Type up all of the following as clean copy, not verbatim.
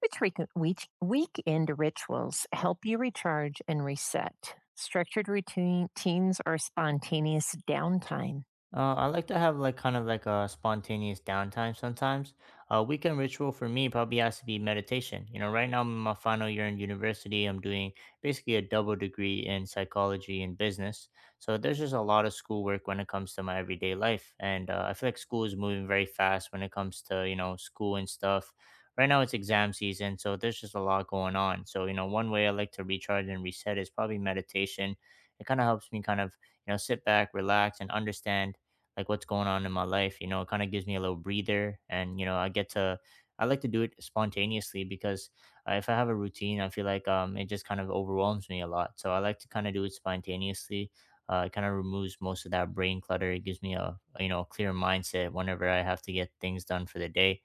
Which weekend rituals help you recharge and reset? Routines or spontaneous downtime? I like to have like kind of like a spontaneous downtime sometimes. A weekend ritual for me probably has to be meditation. You know, right now I'm in my final year in university. I'm doing basically a double degree in psychology and business. So there's just a lot of schoolwork when it comes to my everyday life, and I feel like school is moving very fast when it comes to you know school and stuff. Right now it's exam season, so there's just a lot going on. So you know, one way I like to recharge and reset is probably meditation. It kind of helps me kind of you know sit back, relax, and understand like what's going on in my life. You know, it kind of gives me a little breather, and you know, I get to I like to do it spontaneously because if I have a routine, I feel like it just kind of overwhelms me a lot. So I like to kind of do it spontaneously. It kind of removes most of that brain clutter. It gives me a you know clear mindset whenever I have to get things done for the day.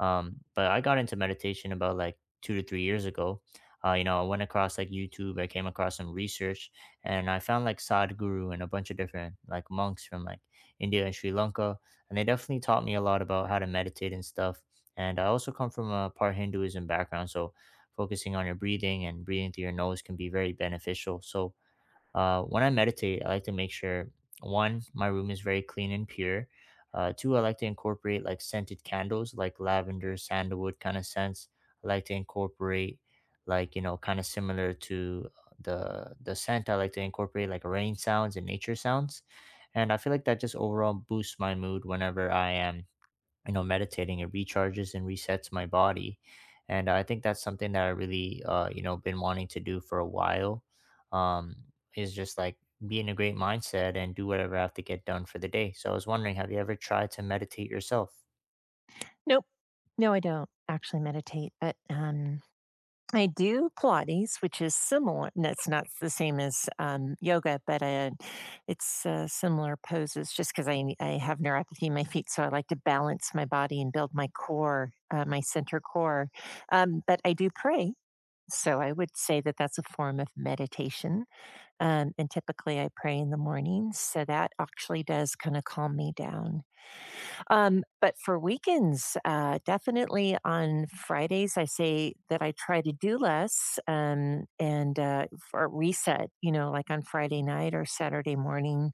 But I got into meditation about like 2 to 3 years ago. You know, I went across like YouTube. I came across some research, and I found like Sadhguru and a bunch of different like monks from like India and Sri Lanka. And they definitely taught me a lot about how to meditate and stuff. And I also come from a part Hinduism background. So focusing on your breathing and breathing through your nose can be very beneficial. So when I meditate, I like to make sure one, my room is very clean and pure. Two, I like to incorporate like scented candles, like lavender, sandalwood kind of scents. I like to incorporate like you know kind of similar to the scent. I like to incorporate like rain sounds and nature sounds, and I feel like that just overall boosts my mood whenever I am I know meditating it recharges and resets my body, and I think that's something that I really you know been wanting to do for a while. Um, is just like be in a great mindset and do whatever I have to get done for the day. So I was wondering, have you ever tried to meditate yourself? Nope. No, I don't actually meditate, but I do Pilates, which is similar. No, it's not the same as yoga, but it's similar poses just because I have neuropathy in my feet. So I like to balance my body and build my core, my center core. But I do pray. So I would say that that's a form of meditation. And typically I pray in the mornings, so that actually does kind of calm me down. But for weekends, definitely on Fridays, I say that I try to do less and or reset, you know, like on Friday night or Saturday morning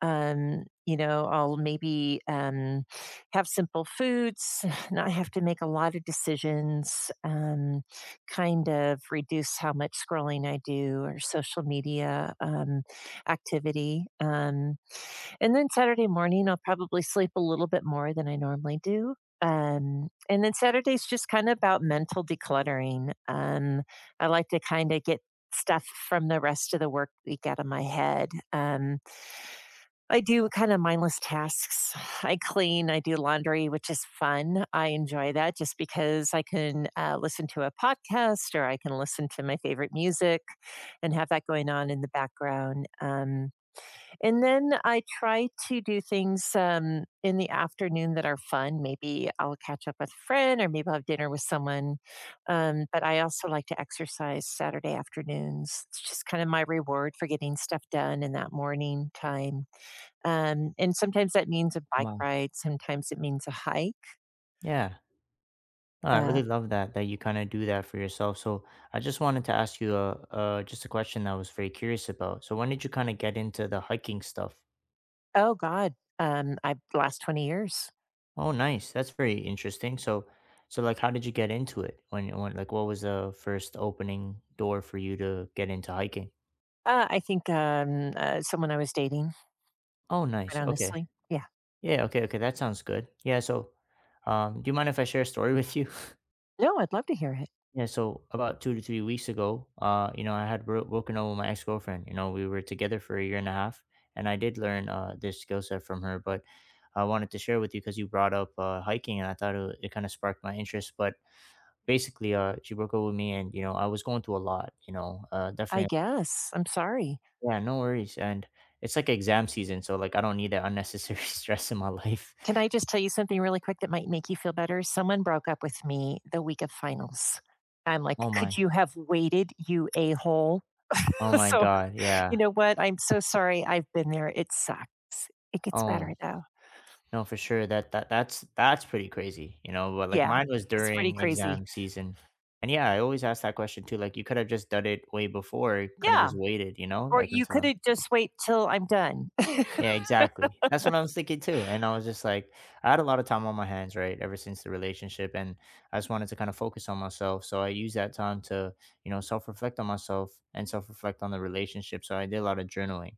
you know, I'll maybe have simple foods, not have to make a lot of decisions, kind of reduce how much scrolling I do or social media activity. And then Saturday morning, I'll probably sleep a little bit more than I normally do. And then Saturday's just kind of about mental decluttering. I like to kind of get stuff from the rest of the work week out of my head. I do kind of mindless tasks. I clean, I do laundry, which is fun. I enjoy that just because I can listen to a podcast or I can listen to my favorite music and have that going on in the background. And then I try to do things in the afternoon that are fun. Maybe I'll catch up with a friend or maybe I'll have dinner with someone. But I also like to exercise Saturday afternoons. It's just kind of my reward for getting stuff done in that morning time and sometimes that means a bike Wow. ride, sometimes it means a hike. Yeah. No, I Uh, really love that that you kind of do that for yourself. So I just wanted to ask you a just a question that I was very curious about. So when did you kind of get into the hiking stuff? oh God, I last 20 years. Oh, nice. That's very interesting. So, so like, how did you get into it? When, like, what was the first opening door for you to get into hiking? I think someone I was dating, Oh, quite nice. Okay. honestly. Yeah. Yeah. Okay. Okay. That sounds good. Yeah. So, do you mind if I share a story with you? No, I'd love to hear it. Yeah. So about 2 to 3 weeks ago, you know, I had broken up with my ex girlfriend. You know, we were together for a year and a half, and I did learn this skill set from her. But I wanted to share with you because you brought up hiking, and I thought it kind of sparked my interest. But basically, she broke up with me, and you know, I was going through a lot. You know, I definitely, guess. I'm sorry. yeah, no worries. And it's like exam season, so like I don't need that unnecessary stress in my life. Can I just tell you something really quick that might make you feel better? Someone broke up with me the week of finals. I'm like, Oh could my, you have waited, you a hole? oh my So, God, you yeah. know what? I'm so sorry. I've been there. It sucks. It gets Oh better though. no, for sure. That's pretty crazy. You know, but like Yeah. mine was It's pretty during crazy. exam season. And yeah, I always ask that question too. Like, you could have just done it way before, could have Yeah. just waited, you know, Or like you until could I'm have just wait till I'm done. yeah, exactly. That's what I was thinking too. And I was just like, I had a lot of time on my hands, right? Ever since the relationship. And I just wanted to kind of focus on myself. So I used that time to, you know, self reflect on myself and self reflect on the relationship. So I did a lot of journaling.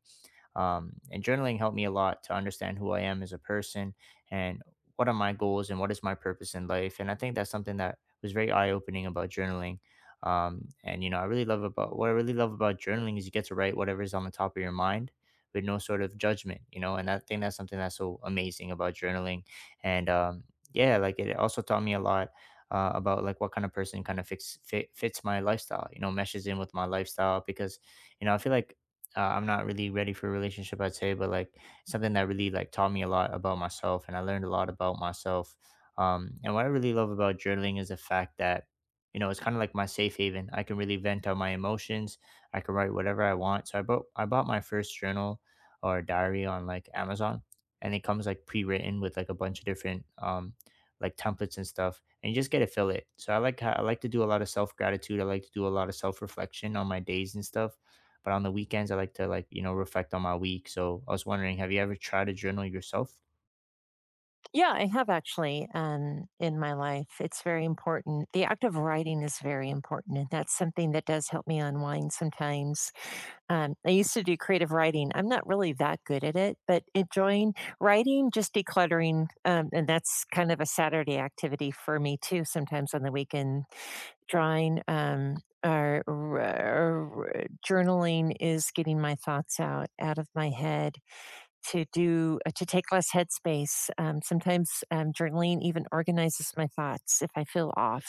And journaling helped me a lot to understand who I am as a person and what are my goals and what is my purpose in life. And I think that's something that was very eye opening about journaling. And you know, I really love about journaling is you get to write whatever is on the top of your mind with no sort of judgment, you know. And I think that's something that's so amazing about journaling. And yeah, like it also taught me a lot about like what kind of person kind of fits my lifestyle you know meshes in with my lifestyle because you know I feel like I'm not really ready for a relationship, I'd say, but like something that really like taught me a lot about myself and I learned a lot about myself. And what I really love about journaling is the fact that, you know, it's kind of like my safe haven. I can really vent out my emotions. I can write whatever I want. So I bought my first journal or diary on like Amazon and it comes like pre-written with like a bunch of different, like templates and stuff and you just get to fill it so I like I like to do a lot of self gratitude I like to do a lot of self reflection on my days and stuff but on the weekends I like to like, you know, reflect on my week. So I was wondering, have you ever tried to journal yourself? Yeah, I have actually in my life. It's very important. The act of writing is very important, and that's something that does help me unwind sometimes. I used to do creative writing. I'm not really that good at it, but enjoying writing, just decluttering, and that's kind of a Saturday activity for me too. Sometimes on the weekend, drawing. Or journaling is getting my thoughts out of my head to do to take less headspace. Sometimes journaling even organizes my thoughts if I feel off.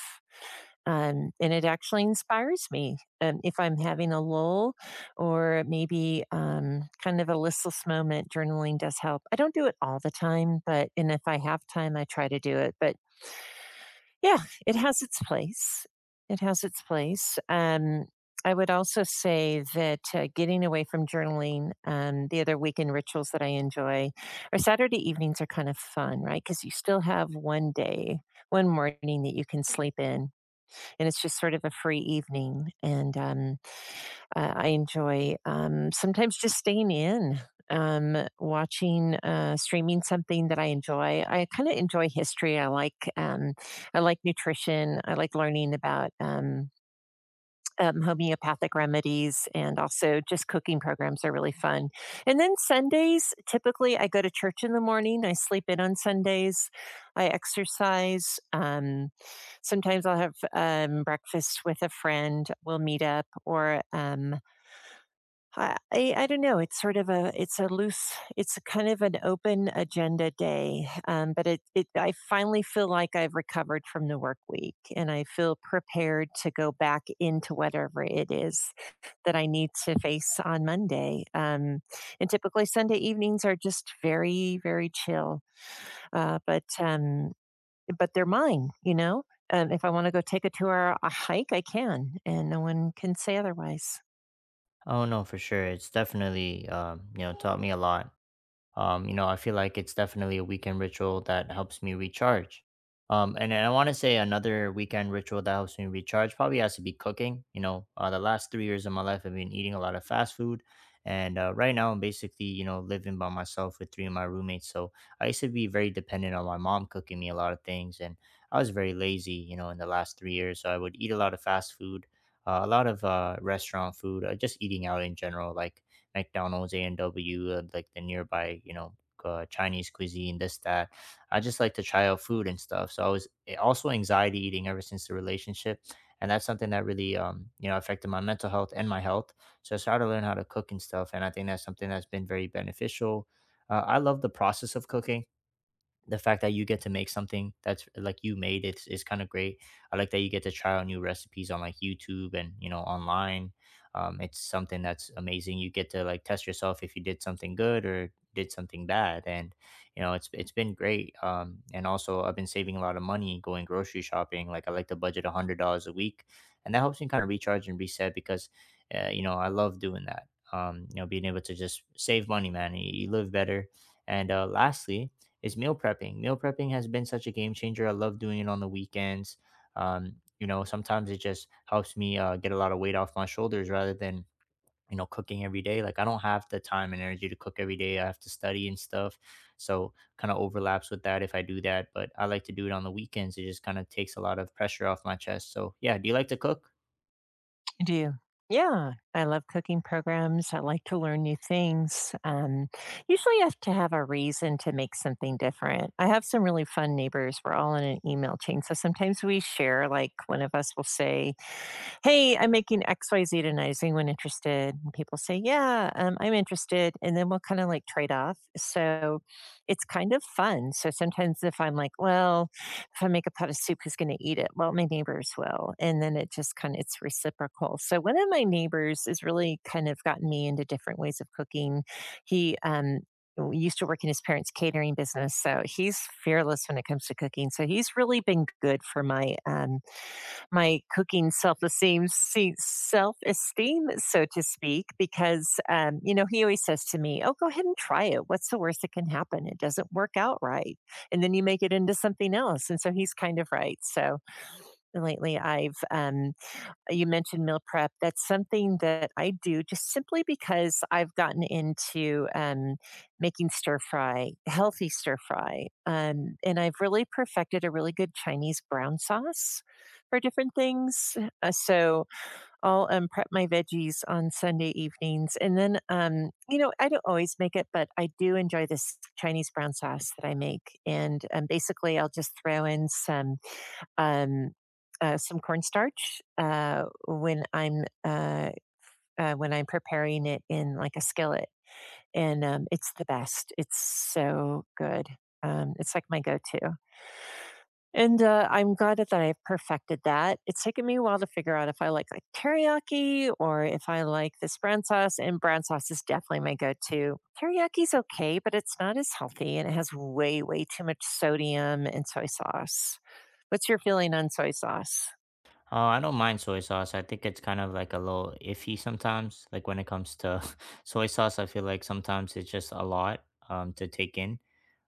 And it actually inspires me if I'm having a lull or maybe kind of a listless moment. Journaling does help. I don't do it all the time, but and if I have time, I try to do it. But yeah, it has its place. It has its place. I would also say that getting away from journaling, the other weekend rituals that I enjoy, or Saturday evenings are kind of fun, right? Because you still have one day, one morning that you can sleep in, and it's just sort of a free evening. And I enjoy sometimes just staying in, watching, streaming something that I enjoy. I kind of enjoy history. I like nutrition. I like learning about homeopathic remedies, and also just cooking programs are really fun. And then Sundays, typically I go to church in the morning. I sleep in on Sundays. I exercise. Sometimes I'll have breakfast with a friend. We'll meet up, or I don't know, it's sort of a it's a loose it's a kind of an open agenda day, but it I finally feel like I've recovered from the work week, and I feel prepared to go back into whatever it is that I need to face on Monday, and typically Sunday evenings are just very, very chill, uh, but, um but they're mine, you know? If I wanna go take a 2 hour a hike, I can, and no one can say otherwise. Oh no, for sure. It's definitely you know, taught me a lot. You know, I feel like it's definitely a weekend ritual that helps me recharge. And then I want to say another weekend ritual that helps me recharge probably has to be cooking. You know, the last 3 years of my life, I've been eating a lot of fast food. And right now, I'm basically, you know, living by myself with three of my roommates. So I used to be very dependent on my mom cooking me a lot of things. And I was very lazy, you know, in the last 3 years. So I would eat a lot of fast food, a lot of restaurant food, just eating out in general. Like, McDonald's, A&W, like the nearby, you know, Chinese cuisine, this, that. I just like to try out food and stuff. So I was also anxiety eating ever since the relationship. And that's something that really, you know, affected my mental health and my health. So I started to learn how to cook and stuff. And I think that's something that's been very beneficial. I love the process of cooking the fact that you get to make something that's like you made it's is kind of great. I like that you get to try out new recipes on like YouTube and you know online. It's something that's amazing. You get to like test yourself if you did something good or did something bad, and you know it's been great. And also I've been saving a lot of money going grocery shopping. Like I like to budget $100 a week, and that helps me kind of recharge and reset because you know I love doing that. You know, being able to just save money, man. You live better. And lastly, is meal prepping. Meal prepping has been such a game changer. I love doing it on the weekends. You know, sometimes it just helps me get a lot of weight off my shoulders rather than you know cooking every day. Like I don't have the time and energy to cook every day. I have to study and stuff, so kind of overlaps with that if I do that. But I like to do it on the weekends. It just kind of takes a lot of pressure off my chest. So yeah, do you like to cook? I do. Yeah, I love cooking programs. I like to learn new things. Usually, I have to have a reason to make something different. I have some really fun neighbors. We're all in an email chain. So sometimes we share, like, one of us will say, hey, I'm making XYZ tonight. Is anyone interested? And people say, yeah, I'm interested. And then we'll kind of like trade off. So it's kind of fun. So sometimes if I'm like, well, if I make a pot of soup, who's going to eat it? Well, my neighbors will. And then it just kind of, it's reciprocal. So one of my neighbors has really kind of gotten me into different ways of cooking. He used to work in his parents' catering business, so he's fearless when it comes to cooking. So he's really been good for my my cooking self-esteem, so to speak, because you know he always says to me, "Oh, go ahead and try it. What's the worst that can happen? It doesn't work out right, and then you make it into something else." And so he's kind of right. So lately, I've you mentioned meal prep. That's something that I do just simply because I've gotten into making stir fry, healthy stir fry. And I've really perfected a really good Chinese brown sauce for different things. So I'll prep my veggies on Sunday evenings. And then, you know, I don't always make it, but I do enjoy this Chinese brown sauce that I make. And Basically, I'll just throw in um, some cornstarch uh, when I'm uh, when I'm preparing it in like a skillet, and it's the best. It's so good. It's like my go-to, and I'm glad that I've perfected that. It's taken me a while to figure out if I like teriyaki or if I like this brown sauce. And brown sauce is definitely my go-to. Teriyaki's okay, but it's not as healthy, and it has way too much sodium and soy sauce. What's your feeling on soy sauce? I don't mind soy sauce. I think it's kind of like a little iffy sometimes. Like when it comes to soy sauce, I feel like sometimes it's just a lot to take in.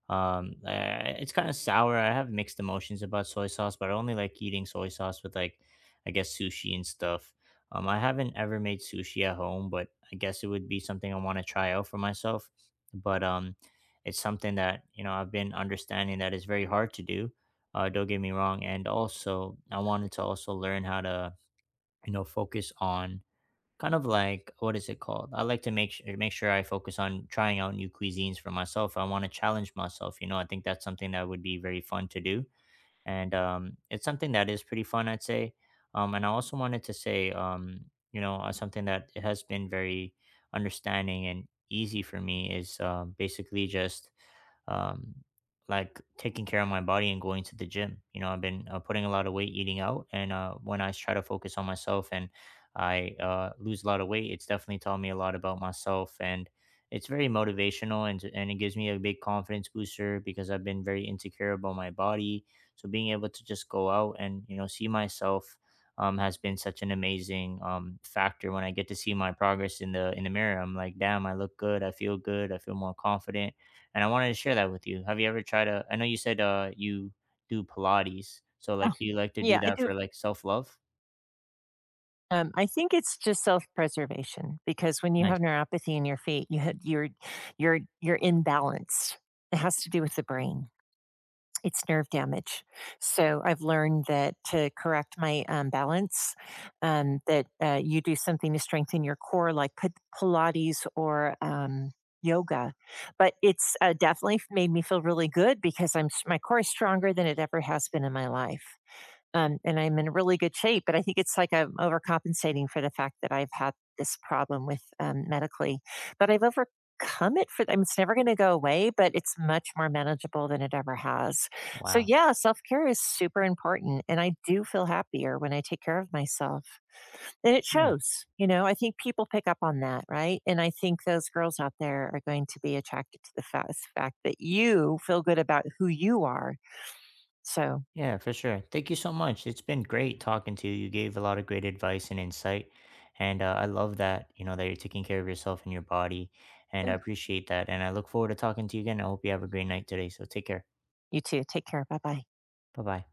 It's kind of sour. I have mixed emotions about soy sauce, but I only like eating soy sauce with like, I guess sushi and stuff. I haven't ever made sushi at home, but I guess it would be something I want to try out for myself. But it's something that you know I've been understanding that is very hard to do. Don't get me wrong. And also, I wanted to also learn how to you know focus on kind of like what is it called? I like to make sure I focus on trying out new cuisines for myself. I want to challenge myself. You know, I think that's something that would be very fun to do, and it's something that is pretty fun, I'd say. And I also wanted to say, you know, something that has been very understanding and easy for me is basically just um, like taking care of my body and going to the gym. You know, I've been putting a lot of weight eating out, and when I try to focus on myself and I lose a lot of weight, it's definitely taught me a lot about myself, and it's very motivational and it gives me a big confidence booster because I've been very insecure about my body. So being able to just go out and you know see myself. Has been such an amazing factor when I get to see my progress in the mirror. I'm like, damn, I look good. I feel good. I feel more confident and I wanted to share that with you. Have you ever tried to I know you said, you do Pilates, so, Oh, like, do you like to do yeah, I that do. for, like, self-love? I think it's just self-preservation because when you Nice. have neuropathy in your feet, you're imbalanced. It has to do with the brain. It's nerve damage. So I've learned that to correct my balance, that you do something to strengthen your core, like put Pilates or yoga. But it's definitely made me feel really good because my core is stronger than it ever has been in my life. And I'm in really good shape. But I think it's like I'm overcompensating for the fact that I've had this problem with medically, but I've overcome it for. Them. I mean, it's never going to go away, but it's much more manageable than it ever has. So Wow. yeah, self care is super important, and I do feel happier when I take care of myself, and it Yeah. shows. You know, I think people pick up on that, right? And I think those girls out there are going to be attracted to the fact that you feel good about who you are. So. Yeah, for sure. Thank you so much. It's been great talking to you. You gave a lot of great advice and insight, and, I love that, you know, that you're taking care of yourself and your body, and I Yeah, appreciate that, and I look forward to talking to you again. I hope you have a great night today, so take care. you too. Take care. Bye bye. Bye-bye.